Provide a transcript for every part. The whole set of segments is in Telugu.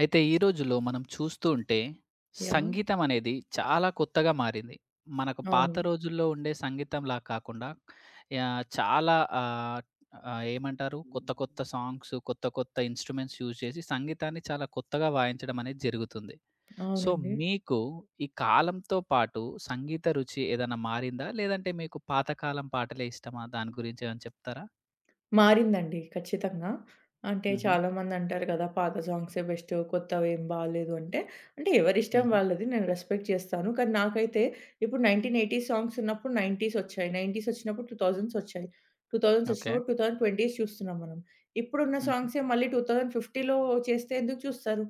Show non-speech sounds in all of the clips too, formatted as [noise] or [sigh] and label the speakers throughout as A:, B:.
A: అయితే ఈ రోజుల్లో మనం చూస్తూ ఉంటే,
B: యాహ్!
A: సంగీతం అనేది చాలా కొత్తగా మారింది. మనకు పాత
B: అవును.
A: రోజుల్లో ఉండే సంగీతంలా కాకుండా యాహ్! చాలా ఆహ్, ఆహ్, ఏమంటారు? కొత్త కొత్త సాంగ్స్, కొత్త కొత్త ఇన్‌స్ట్రుమెంట్స్ యూజ్ చేసి సంగీతాన్ని చాలా కొత్తగా వాయించడం అనేది జరుగుతుంది. సో,
B: అవునండి.
A: మీకు ఈ కాలంతో పాటు సంగీత రుచి ఏదైనా మారిందా? లేదంటే మీకు పాతకాలం పాటలే ఇష్టమా? దాని గురించి ఏమైనా చెప్తారా?
B: మారిందండి ఖచ్చితంగా. అంటే
A: హుహు.
B: చాలామంది అంటారు కదా! పాత సాంగ్సే బెస్ట్, కొత్తవేం బాలేదు అంటే, అంటే ఎవరిష్టం
A: హుహు.
B: వాళ్ళది. నేను రెస్పెక్ట్ చేస్తాను. కానీ నాకైతే ఇప్పుడు 1980 సాంగ్స్ ఉన్నప్పుడు 90స్ వచ్చాయి. 90స్ వచ్చినప్పుడు 2000స్ వచ్చాయి. 2000స్
A: ఓకే.
B: వచ్చినప్పుడు 2020స్ చూస్తున్నాం మనం. ఇప్పుడున్న
A: హుహు.
B: సాంగ్సే మళ్ళీ 2050లో చేస్తే ఎందుకు చూస్తారు?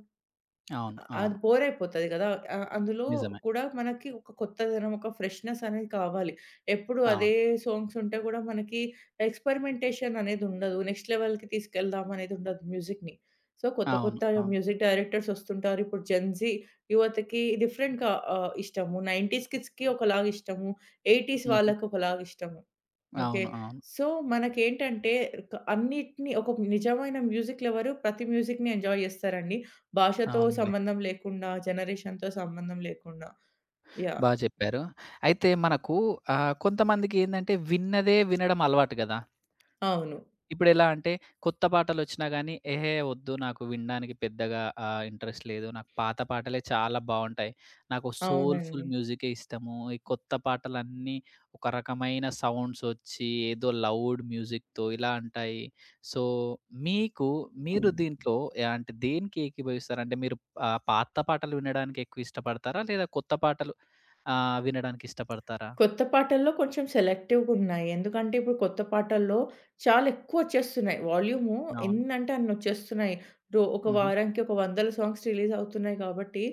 A: అవును.
B: అది
A: అవును.
B: బోరయిపోతది గదా! అందులో
A: నిజమే.
B: కూడా మనకి ఒక కొత్తదనం, ఒక ఫ్రెష్‌నెస్ అనేది కావాలి. ఎప్పుడు అదే
A: అవును.
B: సాంగ్స్ ఉంటే గూడా మనకి ఎక్స్పెరిమెంటేషన్ అనేదుండదు. నెక్స్ట్ లెవెల్‌కి తీసుకెళ్దాం అనేదుండదు మ్యూజిక్‌ని. సో, కొత్త
A: అవును.
B: కొత్త
A: అవును.
B: మ్యూజిక్ డైరెక్టర్స్ వస్తుంటారు. ఇప్పుడు జెన్‌జీ యువతకి డిఫరెంట్‌గా ఇష్టము. 90స్ కిడ్స్‌కి ఒకలాగిష్టము. 80స్
A: హుహు.
B: వాళ్ళకి ఒకలాగిష్టము. ఓకే.
A: అవును. అవును.
B: సో, మనకేంటంటే అన్నిటిని ఒక నిజమైన మ్యూజిక్ లవరు ప్రతి మ్యూజిక్‌ని ఎంజాయ్ జేస్తారండి. భాషతో
A: అవునండి.
B: సంబంధం లేకుండా, జనరేషన్‌తో సంబంధం లేకుండా. యాహ్!
A: బా చెప్పారు. అయితే మనకు కొంతమందికేందంటే విన్నదే వినడం అలవాటు గదా!
B: అవును.
A: ఇప్పుడెలా అంటే, కొత్త పాటలొచ్చినా గానీ, ఎహే! ఒద్దు నాకు వినడానికి పెద్దగా ఇంట్రెస్ట్ లేదు. నాకు పాత పాటలే చాలా బావుంటాయి. నాకు సోల్‌ఫుల్
B: అవునండి.
A: మ్యూజికే ఇష్టము. ఈ కొత్త పాటలన్నీ ఒక రకమైన సౌండ్సొచ్చి, ఏదో లౌడ్ మ్యూజిక్‌తో ఇలా అంటాయి. సో, మీకు మీరు దీంట్లో యాహ్! అంటే దేనికి ఏకీభవిస్తారు? అంటే మీరు పాత పాటలు వినడానికి ఎక్కువ ఇష్టపడతారా? లేదా కొత్త పాటలు వినడానికి ఇష్టపడతారా?
B: కొత్త పాటల్లో కొంచెం సెలెక్టివ్‌గున్నాయి. ఎందుకంటే, ఇప్పుడు కొత్త పాటల్లో చాలా ఎక్కువొచ్చేస్తున్నాయి. వాల్యూము
A: అవును.
B: ఎన్నంటే అన్నొచ్చేస్తున్నాయి. ఒక
A: హుహు.
B: వారానికి ఒక వందల సాంగ్స్ రిలీజవుతున్నాయి కాబట్టి,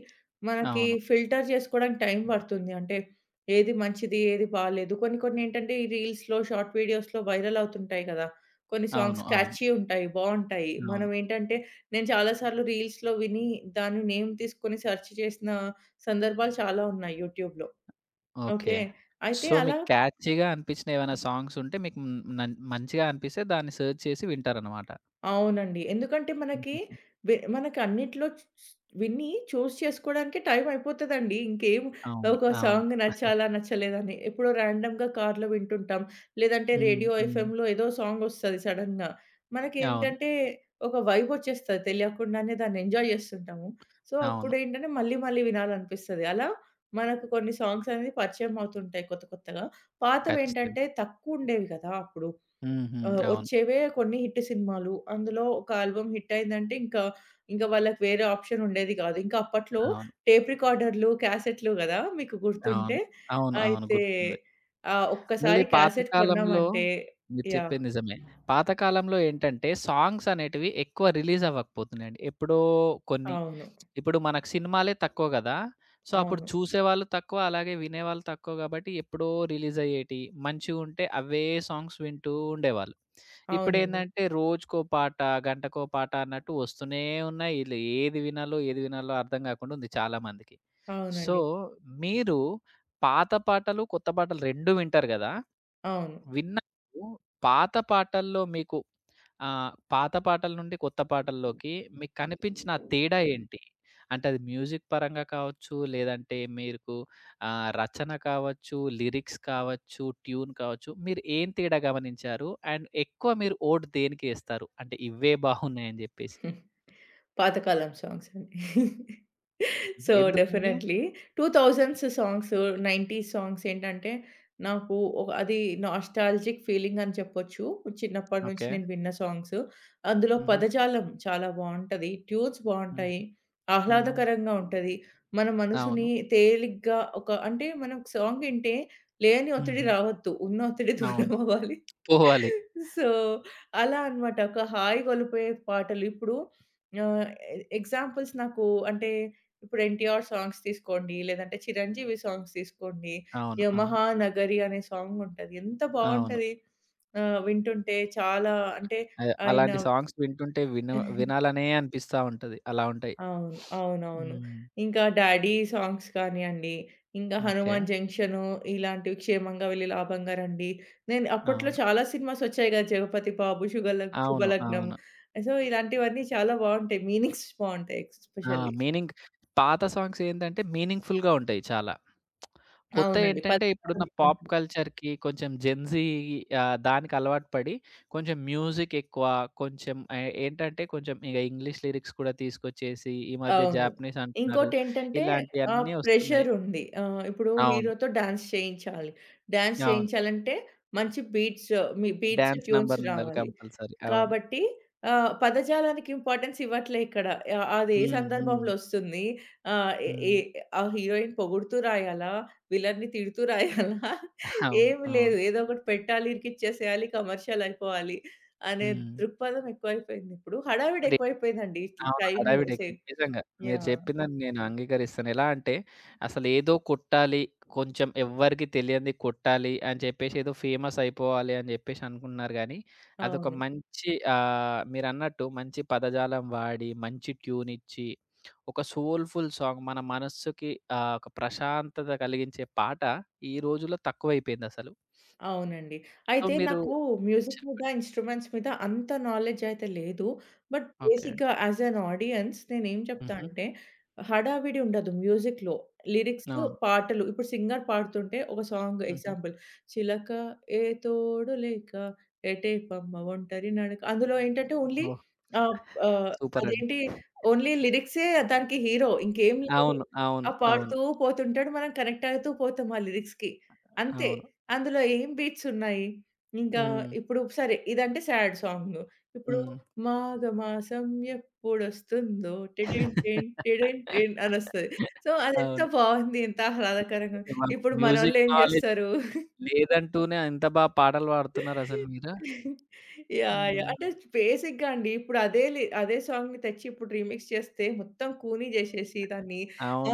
B: మనకి
A: అవును.
B: ఫిల్టర్ చేసుకోడానికి టైం పడుతుంది. అంటే, ఏది మంచిది, ఏది బాలేదు. కొన్ని కొన్నేంటంటే, ఈ రీల్స్‌లో, షార్ట్ వీడియోస్‌లో వైరలవుతుంటాయి కదా! కొన్ని
A: అవును.
B: సాంగ్స్
A: అవును.
B: క్యాచీ ఉంటాయి. బావుంటాయి.
A: అవును.
B: మనమేంటంటే, నేను చాలా సార్లు రీల్స్‌లో విని, దాని నేమ్ తీసుకొని సెర్చ్ చేసిన సందర్భాలు చాలా ఉన్నాయి యూట్యూబ్‌లో.
A: ఓకే.
B: ఓకే. అయితే
A: సో,
B: అలా
A: మీకు క్యాచీగా అనిపించిన ఏవైనా సాంగ్స్ ఉంటే మీకు హ్మ్, మంచిగా అనిపిస్తే దాన్ని సెర్చ్ చేసి వింటారనమాట.
B: అవునండి. ఎందుకంటే మనకి
A: హుహుహు.
B: మనకి అన్నిట్లో చ్ చ్ విని చూజ్ చేసుకోవడానికి టైం అయిపోతదండి. ఇంకేం
A: అవును.
B: ఒక
A: అవును.
B: సాంగ్
A: [laughs]
B: నచ్చాలా, నచ్చలేదని. ఎప్పుడో ర్యాండమ్‌గా కార్‌లో వింటుంటాం. లేదంటే
A: హ్మ్.
B: రేడియో
A: హ్మ్.
B: ఎఫ్ఎంలో ఏదో సాంగ్ ఒస్తది సడెన్‌గా.
A: అవును.
B: మనకేంటంటే ఒక వైబ్ ఒచ్చేస్తది తెలియకుండానే దాన్ని ఎంజాయ్ జేస్తుంటాము. సో,
A: అవును.
B: అప్పుడేంటంటే మళ్ళీ మళ్ళీ వినాలనిపిస్తది. అలా మనకు కొన్ని సాంగ్స్ అనేది పరిచయం అవుతుంటాయి కొత్త కొత్తగా. పాతవేంటంటే
A: ఖచ్చితంగా.
B: తక్కువుండేవి గదా! అప్పుడు.
A: హుహు. అవును.
B: వచ్చేవే కొన్ని హిట్ సినిమాలు. అందులో ఒక ఆల్బమ్ హిట్ అయిందంటే ఇంకా, ఇంకా వాళ్ళకి వేరే ఆప్షన్ ఉండేది గాదు. ఇంకా అప్పట్లో
A: అవును.
B: టేప్ రికార్డర్‌లు, క్యాసెట్‌లు గదా! మీకు
A: అవును.
B: గుర్తుంటే.
A: అవును. అవును.
B: అయితే
A: గుర్తుంది. మళ్ళీ
B: ఒక్కసారి క్యాసెట్
A: పాతకాలంలో
B: కొన్నామంటే
A: మీరు
B: యాహ్!
A: చెప్పింది నిజమే. పాతకాలంలో ఏంటంటే సాంగ్స్ అనేటివి ఎక్కువ రిలీజ్ అవ్వకపోతున్నాయండి. ఎప్పుడో కొన్ని.
B: అవును.
A: ఇప్పుడు మనకు సినిమాలే తక్కువ గదా! సో, అప్పుడు
B: అవును.
A: చూసేవాళ్ళు తక్కువ, అలాగే వినేవాళ్ళు తక్కువ గాబట్టి ఎప్పుడో రిలీజ్ అయ్యేటియి. మంచిగుంటే అవే సాంగ్స్ వింటూ ఉండేవాళ్ళు.
B: అవునండి.
A: ఇప్పుడేందంటే రోజుకో పాట, గంటకో పాట అన్నట్టు వస్తూనే ఉన్నాయి. ఈళ్ళు ఏది వినాలో, ఏది వినాలో అర్థం గాకుండా ఉంది చాలా మందికి. సో,
B: అవునండి.
A: మీరు పాత పాటలు, కొత్త పాటలు 2 వింటారు గదా!
B: అవును.
A: విన్నప్పుడు పాత పాటల్లో మీకు పాత పాటల నుండి కొత్త పాటల్లోకి మీకు కనిపించిన ఆ తేడా ఏంటి? అంటే అది మ్యూజిక్ పరంగా కావచ్చు, లేదంటే మీకు రచన కావచ్చు, లిరిక్స్ కావచ్చు, ట్యూన్ కావచ్చు. మీరు ఏం తేడా గమనించారు? అండ్ ఎక్కువ మీరు ఓట్ దేనికి ఏస్తారు? అంటే ఇవే బాగున్నాయని జెప్పేసి.
B: పాతకాలం సాంగ్స్ అండి. సో,
A: ఎందుకండి?
B: డెఫినైట్‌లీ 2000స్ సాంగ్స్, 90స్ సాంగ్స్ ఏంటంటే, నాకు ఒక అది నాస్టాల్జిక్ ఫీలింగ్ అని చెప్పొచ్చు. చిన్నప్పటి నుంచి
A: ఓకే.
B: నేను విన్న సాంగ్స్. అందులో
A: హుహు.
B: పదజాలం చాలా బావుంటది. ట్యూన్స్
A: హ్మ్.
B: బావుంటాయి.
A: హ్మ్.
B: ఆహ్లాదకరంగా ఉంటది. మన
A: అవును.
B: మనసుని తేలిగ్గా ఒక అంటే మనం సాంగ్ వింటే లేని ఒత్తిడి
A: హుహు.
B: రావద్దు. ఉన్న ఒత్తిడి
A: అవును.
B: దూరం అవ్వాలి.
A: పోవాలి.
B: సో, అలా అన్నమాట. ఒక హాయిగొలిపే పాటలు. ఇప్పుడు ఆహ్, ఎ ఎగ్జాంపుల్స్ నాకు అంటే ఇప్పుడు 'ఎన్టీఆర్' సాంగ్స్ తీసుకోండి, లేదంటే 'చిరంజీవి' సాంగ్స్ తీసుకోండి.
A: అవును. అవును.
B: 'యమహానగరి' అనే సాంగ్ ఉంటది. ఎంత
A: అవును.
B: బావుంటది. వింటుంటే చాలా అంటే
A: అదే.
B: ఆయన
A: అలాంటి సాంగ్స్ వింటుంటే విను
B: [laughs]
A: వినాలనే అనిపిస్తా ఉంటది. అలా ఉంటాయి.
B: అవును. అవునవును.
A: హ్మ్.
B: ఇంకా 'డాడీ' సాంగ్స్ కానియండి, ఇంకా
A: ఓకే.
B: 'హనుమాన్ జంక్షను' ఇలాంటివి 'క్షేమంగా వెళ్లి లాభంగా రండి.' నేను అప్పట్లో
A: అవును.
B: చాలా సినిమాస్ వచ్చాయి కదా! 'జగపతి బాబు',
A: అవును.
B: 'శుభలగ్నం.'
A: అవును.
B: సో, ఇలాంటివన్నీ చాలా బావుంటాయి. మీనింగ్స్ బావుంటాయి
A: ఆ!
B: ఎస్పెషల్లీ.
A: మీనింగ్ పాత సాంగ్స్ ఏంటంటే మీనింగ్‌ఫుల్‌గా ఉంటాయి చాలా.
B: అవునండి.
A: కొత్తయేంటంటే
B: 10
A: ఇప్పుడున్న పాప్
B: ఉంటుంది.
A: కల్చర్‌కి కొంచెం జెన్‌జీ దానికి అలవాటు పడి కొంచెం మ్యూజిక్ ఎక్కువ కొంచెం ఏంటంటే కొంచెం ఇంగ్లీష్ లిరిక్స్ కూడా తీసుకొచ్చేసి ఈ మధ్య
B: అవును.
A: జాపనీస్ అంటున్నారు.
B: ఇంకోటేంటంటే ఆ
A: ఇలాంటియన్నీ వస్తున్నాయి.
B: ప్రెషరుంది. ఇప్పుడు
A: అవును.
B: హీరోతో డాన్స్ చేయించాలి. డాన్స్
A: అవును.
B: చేయించాలంటే మంచి బీట్స్ మీ బీట్స్,
A: డాన్స్
B: ట్యూన్స్
A: నంబర్ ఉండాలి
B: రావాలి.
A: కంపల్సరీ. అవును.
B: కాబట్టి పదజాలానికి ఇంపార్టెన్స్ ఇవ్వట్లే ఇక్కడ. అది ఏ
A: హ్మ్. హ్మ్.
B: సందర్భంలో ఒస్తుంది? ఆహ్, ఎ ఏ
A: హ్మ్.
B: ఆ హీరోయిన్ పొగుడుతూ రాయాలా? విలన్‌ని తిడుతూ రాయాలా? [laughs]
A: అవును.
B: ఏమి
A: అవును.
B: లేదు. ఏదో ఒకటి పెట్టాలి, ఇరికిచ్చేసేయాలి, కమర్షియల్ అయిపోవాలి అనే
A: హ్మ్.
B: దృక్పథం ఎక్కువైపోయిందిప్పుడు. హడావిడి
A: ఇప్పుడే
B: ఎక్కువైపోయిందండి. ఇట్ల
A: అవును.
B: టైము
A: హడావిడి ఎక్కువ.
B: సేవ్
A: నిజంగా. మీరు
B: యాహ్!
A: చెప్పిందని నేను అంగీకరిస్తాను. ఎలా అంటే అసలేదో కొట్టాలి. కొంచెం ఎవ్వరికీ తెలియనిది కొట్టాలి అని చెప్పేసి ఏదో ఫేమస్ అయిపోవాలి అని చెప్పేసి అనుకుంటున్నారు గానీ, అదొక
B: అవును.
A: మంచి మీరన్నట్టు మంచి పదజాలం వాడి, మంచి ట్యూన్ ఇచ్చి, ఒక సోల్‌ఫుల్ సాంగ్ మన మనస్సుకి ఒక ప్రశాంతత కలిగించే పాట ఈ రోజుల్లో తక్కువైపోయిందసలు.
B: అవునండి.
A: సో,
B: అయితే
A: మీరు
B: నాకు మ్యూజిక్ మీద,
A: చెప్
B: ఇన్‌స్ట్రుమెంట్స్ మీద అంత నాలెడ్జ్ అయితే లేదు. But
A: okay.
B: బేసిక్‌గా యాస్ ఎన్ ఆడియన్స్ నేనేం చెప్తా
A: హుహు.
B: అంటే హడావిడి ఉండదు మ్యూజిక్‌లో. లిరిక్స్,
A: అవును.
B: పాటలు ఇప్పుడు సింగర్ పాడుతుంటే ఒక సాంగ్
A: హుహు.
B: ఎగ్జాంపుల్ 'చిలక ఏ తోడు లేక ఎటే పమ్మ ఒంటరి నడక' అందులో ఏంటంటే ఓన్లీ
A: ఓహ్!
B: ఆహ్, ఆహ్,
A: సూపరండి.
B: అదేంటి ఓన్లీ లిరిక్సే దానికి హీరో ఇంకేం లేదు.
A: అవును. అవును.
B: ఆ
A: అవును.
B: పాడుతూ పోతుంటాడు. మనం కనెక్ట్ అవుతూ పోతాం ఆ లిరిక్స్‌కి. అంతే.
A: అవును.
B: అందులో ఏం బీట్సున్నాయి. ఇంకా హ్మ్.
A: హ్మ్.
B: ఇప్పుడు సరే ఇదంటే సాడ్ సాంగు. ఇప్పుడు
A: హ్మ్.
B: మాఘమాసం ఎప్పుడొస్తుందో టిడిన్ టిన్ టిడిన్ టిన్ అనొస్తది. సో, అదెంత
A: అవును.
B: బావుంది. ఎంత ఆహ్లాదకరంగా
A: అంటే
B: ఉంది.
A: మాకు
B: ఇప్పుడు
A: మ్యూజిక్
B: మనోళ్ళేం
A: నాలెడ్జ్
B: జేస్తారు?
A: లేదంటూనే ఎంత బా పాటలు పాడుతున్నారసలు మీరు.
B: యాహ్! యాహ్!
A: హ్మ్.
B: [laughs] అంటే బేసిక్‌గా అండి. ఇప్పుడు అదే సాంగ్‌ని తెచ్చి ఇప్పుడు రీమిక్స్ చేస్తే మొత్తం కూని జేసేసి దాన్ని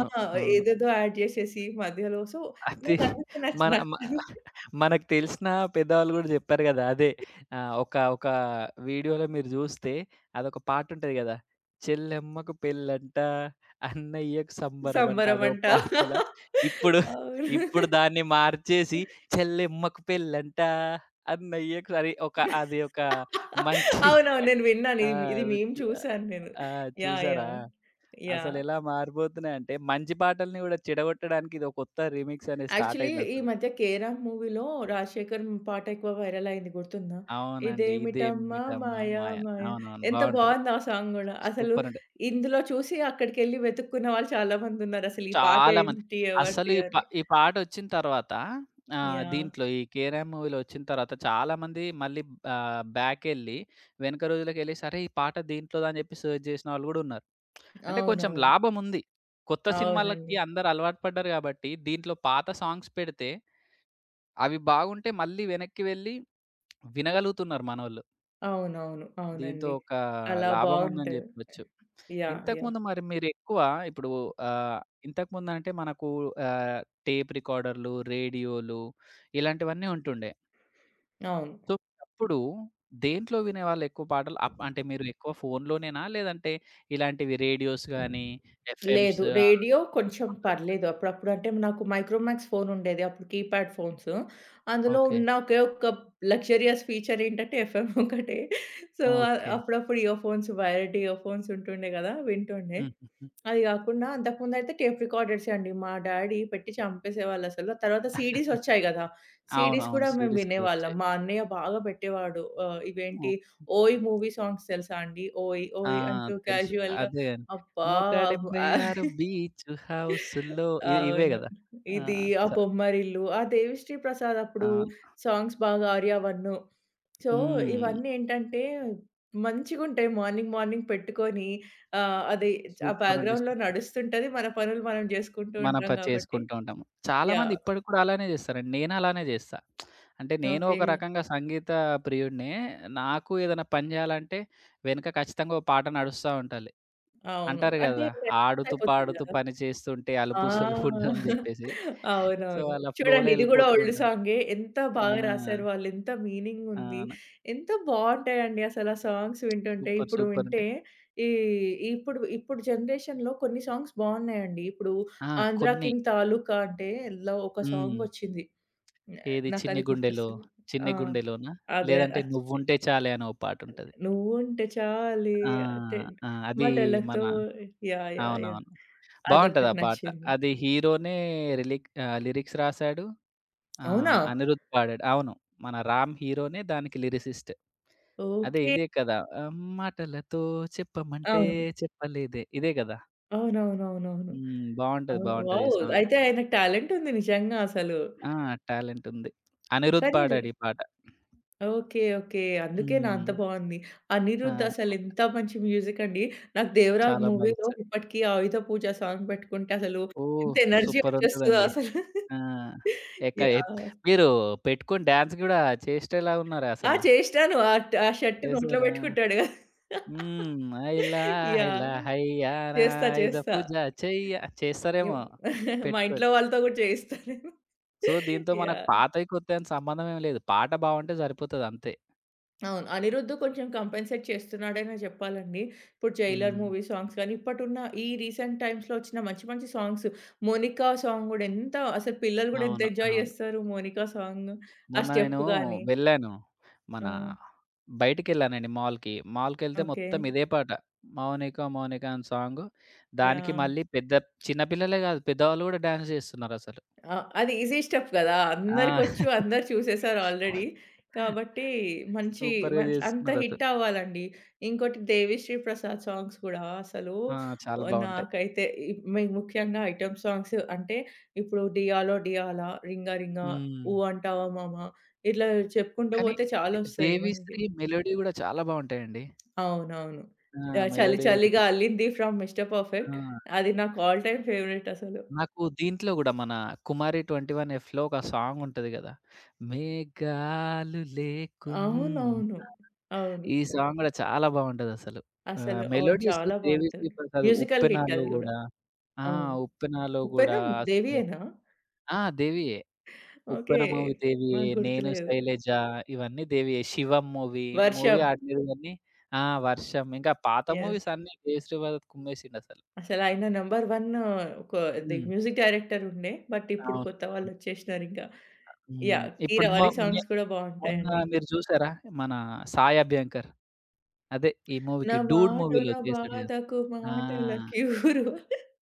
B: ఆ!
A: అవును.
B: ఏదేదో యాడ్ జేసేసి మధ్యలో సో,
A: అది
B: నాకందుకే
A: మన మ
B: నచ్చదు.
A: మనకు తెలిసిన పెద్దవాళ్ళు గూడా జెప్పారు గదా! అదే ఒక ఒక వీడియోలో మీరు జూస్తే అదొక పాటుంటది గదా! చెల్లెమ్మకు పెళ్ళంట, అన్నయ్యకు సంబరమంట అదో
B: సంబరమంట.
A: పాటలా ఇప్పుడు,
B: అవును.
A: ఇప్పుడు దాన్ని మార్చేసి చెల్లెమ్మకు పెళ్ళంట, అన్నయ్యకు అది ఒక మంచి
B: అవునవును. నేను విన్నాను.
A: ఆ!
B: ఇది ఇది మీమ్
A: చ్
B: చూసాను నేను.
A: ఆ!
B: యాహ్!
A: చూసారా?
B: యాహ్! యాహ్!
A: అసలెలా మారిపోతున్నాయంటే, మంచి పాటల్ని గూడా చెడగొట్టడానికి ఇది ఒక కొత్త రీమిక్స్ అనేది స్టార్ట్
B: యాక్చువల్లీ ఈ
A: అయిందసలు.
B: మధ్య 'కేరామ్' మూవీలో రాజశేఖర్ పాట ఎక్కువ వైరల్ అయింది గుర్తుందా?
A: అవునండి.
B: ఇదేమిటమ్మా
A: ఇదేమిటమ్మ
B: మాయ
A: మాయ అని.
B: మాయ
A: అవునవును.
B: ఎంత
A: బావుంటది.
B: బావుంది ఆ సాంగ్ గూడా. అసలు
A: సూపర్ ఉంటది.
B: ఇందులో చూసి అక్కడికెళ్ళి వెతుక్కున్న వాళ్ళు చాలా మందున్నారు. అసలు ఈ పాట
A: చాలా మంది
B: ఏంటి?
A: అసలు
B: ఎవరిది అని.
A: ఈ పాటొచ్చిన తర్వాత
B: యాహ్!
A: దీంట్లో ఈ 'కేఆర్ఆర్' మూవీలో వచ్చిన తర్వాత చాలా మంది మళ్ళీ బ్యాకెళ్ళి వెనక రోజులకెళ్ళేసి అరే! ఈ పాట దీంట్లోదని జెప్పి సెర్చ్ జేసిన వాళ్ళు గూడా ఉన్నారు. అంటే కొంచెం
B: అవునవును.
A: లాభముంది. కొత్త సినిమాలకి
B: అవునండి.
A: అందరూ అలవాటు పడ్డారు గాబట్టి, దీంట్లో పాత సాంగ్స్ పెడితే అవి బాగుంటే మళ్ళీ వెనక్కి వెళ్లి వినగలుగుతున్నారు మనోళ్ళు.
B: అవునవును.
A: దీంతో
B: అవునండి.
A: ఒక
B: అలా
A: లాభం ఉందని
B: బావుంటది.
A: జెప్పొచ్చు.
B: యాహ్! యాహ్!
A: ఇంతకుముందు మరి మీరెక్కువ ఇప్పుడు ఆహ్, ఇంతకుముందంటే మనకు ఆహ్, టేప్ రికార్డర్‌లు, రేడియోలు ఇలాంటివన్నీ ఉంటుండే.
B: అవును.
A: సో, అప్పుడు దేంట్లో వినేవాళ్ళు ఎక్కువ పాటలు? అంటే మీరు ఎక్కువ ఫోన్‌లోనేనా? లేదంటే ఇలాంటివి రేడియోస్ గానీ, ఎఫ్ఎమ్స్
B: లేదు. రేడియో కొంచెం పర్లేదు. అప్పుడప్పుడు అంటే నాకు మైక్రోమాక్స్ ఫోన్ ఉండేది. అప్పుడు కీప్యాడ్ ఫోన్స్. అందులో
A: ఓకే.
B: ఉన్న ఒకే ఒక్క లగ్జరియస్ ఫీచర్ ఏంటంటే ఎఫ్ఎం ఒకటే. So,
A: okay.
B: అప్పుడప్పుడు earphones wired earphones ఉంటుండే గదా! వింటుండే.
A: హుహుహు.
B: అది గాకుండా అంతకుముందయితే టేప్ రికార్డర్సే అండి. మా డాడీ పెట్టి చంపేసేవాళ్ళసలు. తర్వాత సీడీస్ ఒచ్చాయి గదా! సీడీస్
A: అవునవును.
B: కూడా మేము
A: సీడీస్ కూడా
B: వినేవాళ్ళం.
A: ఒచ్చాయి.
B: మా అన్నయ్య బాగా పెట్టేవాడు. ఇవేంటి
A: ఓకే.
B: 'ఓయ్' మూవీ సాంగ్స్ తెలుసా అండి? 'ఓయ్
A: ఆ!
B: ఓయ్ అంటూ
A: తెలుసు.
B: క్యాజువల్‌గా'
A: అదే
B: అబ్బా! ఆ!
A: 176 బీచ్ హౌస్‌లో ఇవే
B: అవును.
A: గదా! ఆ!
B: ఇది ఆ
A: చ
B: బొమ్మరిల్లు, ఆ దేవిశ్రీ ప్రసాద్
A: ఆ!
B: అప్పుడు సాంగ్స్ బాగా 'ఆర్యావన్ను.' సో,
A: హ్మ్.
B: ఇవన్నీ ఏంటంటే మంచిగుంటాయి. మార్నింగ్, మార్నింగ్ పెట్టుకొని అది ఆ
A: సూపర్ అండి.
B: బ్యాక్‌గ్రౌండ్‌లో
A: సూపర్.
B: నడుస్తుంటది. మన పనులు మనం చేసుకుంటూ
A: మనం
B: ఉంటాం కాబట్టి
A: చేసుకుంటూ ఉంటాము. చాలామంది
B: యాహ్!
A: ఇప్పటికి కూడా అలానే చేస్తారండి. నేను అలానే చేస్తా. అంటే నేను
B: ఓకే.
A: ఒక రకంగా సంగీత ప్రియుడినే. నాకు ఏదైనా పని చేయాలంటే వెనక ఖచ్చితంగా ఓ పాట నడుస్తా ఉండాలి.
B: అవును.
A: అంటారు
B: అంటే
A: గదా!
B: టైమ్ పాస్
A: ఆడుతూ
B: అయిపోతది
A: పాడుతూ
B: కదా!
A: పని చేస్తుంటే
B: ఆ!
A: అలుపు సొలుపు ఉండదని
B: [laughs]
A: జెప్పేసి. సో,
B: అవునవును.
A: అలా ఫ్లోలో
B: చూడండి ఇది గూడా
A: ఎళ్ళిపోతూ
B: ఓల్డ్
A: ఉంటాను.
B: సాంగే. ఎంత
A: ఆ!
B: బాగా రాసారు వాళ్ళు. ఎంత మీనింగ్ ఉంది.
A: అవును.
B: ఎంత బావుంటాయండి అసలు ఆ సాంగ్స్ వింటుంటే.
A: సూపర్.
B: ఇప్పుడు
A: సూపర్ అంటే
B: వింటే ఈ ఇప్పుడు ఇప్పుడు జనరేషన్‌లో కొన్ని సాంగ్స్ బావున్నాయండి. ఇప్పుడు
A: ఆ!
B: 'ఆంధ్ర
A: కొన్ని.
B: కింగ్ తాలూకా' అంటే లో ఒక
A: హ్మ్.
B: సాంగ్ ఒచ్చింది.
A: ఏది 'చిన్ని
B: నాకది
A: గుండెలో',
B: గుర్తొస్తలేదు.
A: 'చిన్ని
B: ఆ!
A: గుండెలోనా'
B: అదే
A: లేదంటే
B: అచ్
A: 'నువ్వుంటే చాలే' అని ఓ పాటుంటది.
B: నువ్వుంటే చాలే
A: ఆ!
B: అంటే
A: ఆ! అది మన
B: మటలతో యాహ్! యాహ్! యాహ్!
A: అవునవును. బావుంటది ఆ
B: అదొకటి
A: పాట.
B: నచ్చింది.
A: అది హీరోనే లిరిక్స్ రాసాడు.
B: అవునా?
A: ఆహ్, అనిరుద్ పాడాడు. అవును. మన 'రామ్' హీరోనే దానికి లిరిసిస్ట్. అదే
B: ఓకే.
A: ఇదే కదా! ఆహ్, మాటలతో చెప్పమంటే
B: అవును.
A: చెప్పలేదే ఇదే గదా!
B: అవునవునవునవును.
A: హ్మ్. బావుంటది.
B: అవును.
A: బావుంటది ఈ
B: వావ్!
A: సాంగ్.
B: అయితే ఆయనకి టాలెంట్ ఉంది నిజంగా అసలు.
A: ఆ! టాలెంట్ ఉంది. అనిరుద్
B: కానీ ర్
A: పాడాడు ఈ పాట.
B: ఓకే. ఓకే. అందుకేనా
A: హ్మ్.
B: అంత బావుంది. అనిరుద్
A: ఆ!
B: అసలు ఎంత మంచి మ్యూజిక్ అండి. నాకు 'దేవరాజ్'
A: చాలా బాగా
B: మూవీలో
A: ఇస్తాడు.
B: ఇప్పటికి 'ఆయుధ పూజ' సాంగ్ పెట్టుకుంటే అసలు
A: ఓహ్!
B: ఎంత ఎనర్జీ
A: సూపర్
B: వచ్చేస్తదో
A: ఉంటదండి.
B: అసలు.
A: ఆ! ఎక్క ఎప్
B: యాహ్!
A: మీరు పెట్టుకొని డాన్స్ గూడా చేసేటోలా ఉన్నారు
B: ఆ!
A: అసలు.
B: చేసినాను. ఆ షర్ట్ నోట్లో
A: చేసారా?
B: పెట్టుకుంటాడు కదా!
A: హ్మ్. హైలా హైలా
B: యాహ్!
A: హైయానా
B: చేస్తా.
A: ఐదపుజ చెయ్య
B: యవ్
A: చేస్తారేమో
B: [laughs] మా
A: పెట్టుకొని.
B: ఇంట్లో వాళ్ళతో గూడా చేయిస్తా నేను.
A: సో, దీంతో మనకు
B: యాహ్!
A: పాతయి కొత్తయి అని సంబంధం ఏమి లేదు. పాట బావుంటే సరిపోతది అంతే.
B: అవును. 'అనిరుద్ధ్' కొంచెం కంపెన్సేట్ చేస్తున్నాడనే జెప్పాలండి. ఇప్పుడు 'జైలర్'
A: హ్మ్.
B: మూవీ సాంగ్స్ గానీ, ఇప్పటున్న ఈ రీసెంట్ టైమ్స్‌లో వచ్చిన మంచి మంచి సాంగ్స్ 'మోనికా' సాంగ్ గూడా ఎంత అసలు పిల్లలు గూడా ఎంత
A: అవును.
B: ఎంజాయ్
A: అవును.
B: జేస్తారు 'మోనికా' సాంగ్. ఆ
A: మొన్న నేను
B: స్టెప్ గానీ.
A: వెళ్ళాను. మన
B: ఆ!
A: బయటికెళ్ళానండి మాల్‌కి. మాల్‌కెళ్తే
B: ఓకే.
A: మొత్తం ఇదే పాట. 'మౌనిక మౌనిక' అని సాంగు. దానికి
B: యాహ్!
A: మళ్ళీ పెద్ద చిన్న పిల్లలే గాదు, పెద్దవాళ్ళు గూడా డాన్స్ జేస్తున్నారసలు.
B: ఆ! అది ఈజీ స్టెప్ గదా!
A: ఆ!
B: అందరికొచ్చు, అందరు చూసేసారు ఆల్రెడీ.
A: [laughs]
B: కాబట్టి మంచి
A: సూపర్‌గా
B: మంచి అంత హిట్
A: జేస్తున్నారసలు.
B: అవ్వాలండి. ఇంకోటి 'దేవిశ్రీ ప్రసాద్' సాంగ్స్ గూడా అసలు
A: ఆ! చాలా బావుంటాయి.
B: నాకైతే ఇ మి ముఖ్యంగా ఐటెమ్ సాంగ్స్ అంటే ఇప్పుడు 'డియాలో డియాలా', 'రింగా రింగా',
A: హ్మ్.
B: 'ఊ అంటావా మామ' ఇట్లా చెప్పుకుంటూ
A: కానీ,
B: పోతే చాలొస్తాయి మనకి.
A: 'దేవిశ్రీ' మెలోడీ గూడా చాలా బావుంటాయండి.
B: అవునవును.
A: ఆ!
B: 'చలి
A: మెలోడీ గూడా.
B: చలిగా అల్లింది' ఫ్రమ్ 'మిస్టర్ పర్ఫెక్ట్'
A: ఆ!
B: అది నాకు ఆల్ టైమ్ ఫేవరెట్ అసలు.
A: నాకు దీంట్లో గూడా మన 'కుమారి 21 ఎఫ్‌లో' ఒక సాంగ్ ఉంటది గదా! 'మేఘాలు లేకున్నా'
B: అవునవును. అవును.
A: ఈ సాంగ్ గూడా చాలా బావుంటదసలు.
B: అసలు
A: ఆహ్,
B: అవును.
A: మెలోడీస్
B: చాలా బావుంటది.
A: దేవిశ్రీ ప్రసాద్
B: మ్యూజికల్ హిట్
A: 'ఉప్పెన'లో
B: అది గూడా.
A: గూడా ఆ!
B: అవును.
A: 'ఉప్పెన'లో గూడా
B: 'ఉప్పెనం'
A: అసలు
B: దేవియేనా?
A: ఆ! దేవియే.
B: ఓకే.
A: 'ఉప్పెన' మూవీ దేవియే,
B: నాకు
A: 'నేను
B: గుర్తులేదు.
A: శైలజ' ఇవన్నీ దేవియే. 'శివం' మూవీ, మూవీ
B: 'వర్షం.'
A: ఆడలేదన్నీ ఆ! 'వర్షం' ఇంకా పాత
B: యెస్.
A: మూవీస్ అన్నీ దేవిశ్రీ ప్రసాద్ కుమ్మేసిండసలు.
B: అసలు ఆయన నంబర్ 1 ఒక అది
A: హ్మ్.
B: మ్యూజిక్ డైరెక్టర్ ఉండే. బట్ ఇప్పుడు
A: అవును.
B: కొత్త
A: అవును.
B: వాళ్ళొచ్చేసినారింకా.
A: హ్మ్.
B: యాహ్! ఈ
A: ఇప్పుడు మొ
B: 'రవారీ'
A: మే
B: సాంగ్స్ కూడా
A: మొన్న
B: బావుంటాయండి.
A: మీరు చూసారా? మన 'సాయి అభ్యంకర్' అదే ఈ
B: నా
A: మూవీకి 'డూడ్'
B: మాట
A: మూవీలో
B: నా
A: చేసాడు కదా!
B: బాధకు
A: ఆ!
B: మాటల క్యూరు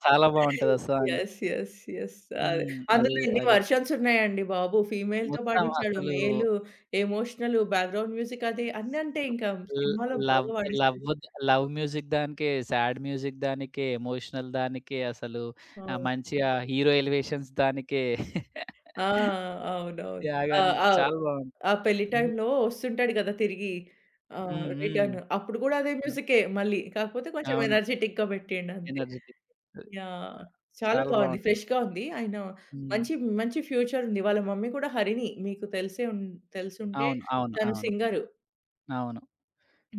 A: చాలా బావుంటది ఆ సాంగ్.
B: యెస్. యెస్. యెస్. అదే.
A: హ్మ్. అది
B: అందులో ఎన్ని
A: అది
B: వర్షన్స్ ఉన్నాయండి బాబు! ఫీమేల్‌తో
A: మొత్తం
B: పాడించాడు.
A: అసలు
B: మేల్ ఎమోషనల్ [laughs] బ్యాక్‌గ్రౌండ్ మ్యూజిక్ అది అన్నీ అంటే ఇంకా
A: ల్
B: సినిమాలో బాగా
A: లవ్ లవ్
B: పాడిస్తాడు.
A: లవ్ మ్యూజిక్ దానికే, సాడ్ మ్యూజిక్ దానికే, ఎమోషనల్ దానికే అసలు ఆహ్,
B: అవును.
A: మంచిగా హీరో ఎలివేషన్స్ దానికే
B: ఆ! అవునవును. ఆ!
A: త్యాగానికి
B: ఆ!
A: చాలా బావుంది.
B: ఆ పెళ్లి
A: హ్మ్.
B: టైమ్‌లో వస్తుంటాడు కదా! తిరిగి
A: హ్మ్. హ్మ్.
B: రిటర్న్. అప్పుడు కూడా అదే
A: అ!
B: మ్యూజికే మళ్ళీ. కాకపోతే కొంచెం
A: అవును.
B: ఎనర్జిటిక్‌గా పెట్టిండు అంతే.
A: ఎనర్జిటిక్. అది.
B: యాహ్!
A: ఆ!
B: చాలా
A: చాలా
B: బాగుంది.
A: బావుంటది.
B: ఫ్రెష్‌గా ఉంది. ఆయన
A: హ్మ్.
B: మంచి, మంచి ఫ్యూచర్ ఉంది. వాళ్ళ మమ్మీ కూడా హరిణి. మీకు తెలిసే ఉన్ తెలిసుంటే
A: అవును. అవును.
B: తను
A: అవును.
B: సింగరు.
A: అవును.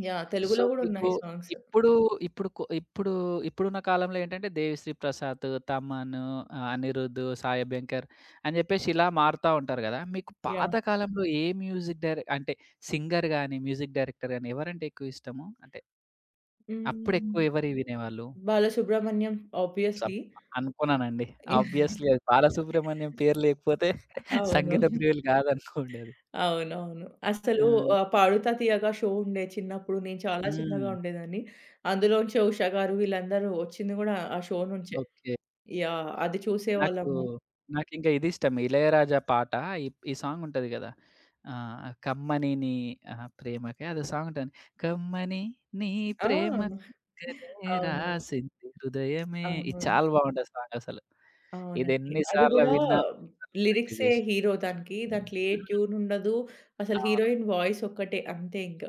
B: యాహ్!
A: సో,
B: తెలుగులో కూడా
A: మీకు
B: ఉన్నాయి సాంగ్స్.
A: ఇప్పుడు, ఇప్పుడు కొ ఇప్పుడు ఇప్పుడున్న కాలంలో ఏంటంటే 'దేవిశ్రీ ప్రసాద్', 'తమన్', ఆహ్, 'అనిరుద్', 'సాయి అభ్యంకర్' అని జెప్పేసి ఇలా మారుతా ఉంటారు గదా! మీకు పాత
B: యాహ్!
A: కాలంలో ఏ మ్యూజిక్ డైరె అంటే సింగర్ గాని, మ్యూజిక్ డైరెక్టర్ గాని ఎవరంటే ఎక్కువ ఇష్టము? అంటే
B: హ్మ్.
A: అప్పుడెక్కువ ఎవరివి వినేవాళ్ళు?
B: బాలసుబ్రహ్మణ్యం
A: సబ్
B: ఆబ్వియస్‌లీ.
A: అనుకున్నానండి. ఆబ్వియస్‌లీ అది 'బాలసుబ్రహ్మణ్యం' పేరు లేకపోతే [laughs]
B: అవును.
A: సంగీత ప్రియులు గాదనుకోండి అది.
B: అవునవును.
A: ఆ!
B: అసలు 'పాడుతా తీయగా' షో ఉండే చిన్నప్పుడు. నేను చాలా చిన్నగా
A: హ్మ్.
B: ఉండేదాన్ని. అందులోంచే ఉషా గారు వీళ్ళందరూ వచ్చింది కూడా ఆ షో నుంచే.
A: ఓకే.
B: యాహ్! అది
A: నాకు
B: చూసేవాళ్ళము.
A: నాకింకా ఇదిష్టం. 'ఇళయరాజా' పాట ఈ ఈ సాంగ్ ఉంటది గదా! ఆహ్, 'కమ్మని నీ ఆహ్, ప్రేమకే' అదో సాంగ్ ఉంటది. కమ్మని నీ
B: ఆ!
A: ప్రేమ కనే
B: అవును.
A: రాసింది హృదయమే. ఇది
B: అవును.
A: చాలా బావుంటది సాంగ్ అసలు. ఇది
B: అవునండి.
A: ఎన్ని
B: అది
A: సార్లు
B: గూడా
A: విన్నా ఎన్నిసార్లు ప్రాక్టీస్
B: లిరిక్సే
A: చేసి
B: హీరో దానికి. దాంట్లో ఏ
A: హ్మ్.
B: ట్యూన్ ఉండదు. అసలు
A: అవును.
B: హీరోయిన్ వాయిస్ ఒక్కటే అంతే ఇంక.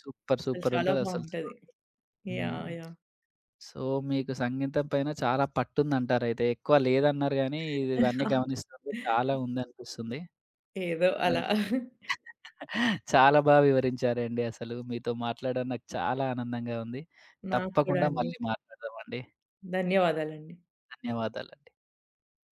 A: సూపర్
B: అసలు
A: సూపర్
B: చాలా
A: ఉంటదసలు
B: బావుంటది.
A: సాంగ్.
B: యాహ్!
A: హ్మ్.
B: యాహ్!
A: సో, మీకు సంగీతం పైన చాలా పట్టుందంటారయితే. ఎక్కువ లేదన్నారు గానీ, ఇవన్నీ గమనిస్తుంటే చాలా
B: [laughs]
A: ఉందనిపిస్తుంది.
B: ఏదో
A: హ్మ్.
B: అలా.
A: చాలా బాగా వివరించారండి అసలు. మీతో మాట్లాడడం నాకు చాలా ఆనందంగా ఉంది.
B: నాకు కూడా
A: తప్పకుండా
B: అండి.
A: మళ్ళీ మాట్లాడదామండి.
B: ధన్యవాదాలండి.
A: ధన్యవాదాలండి.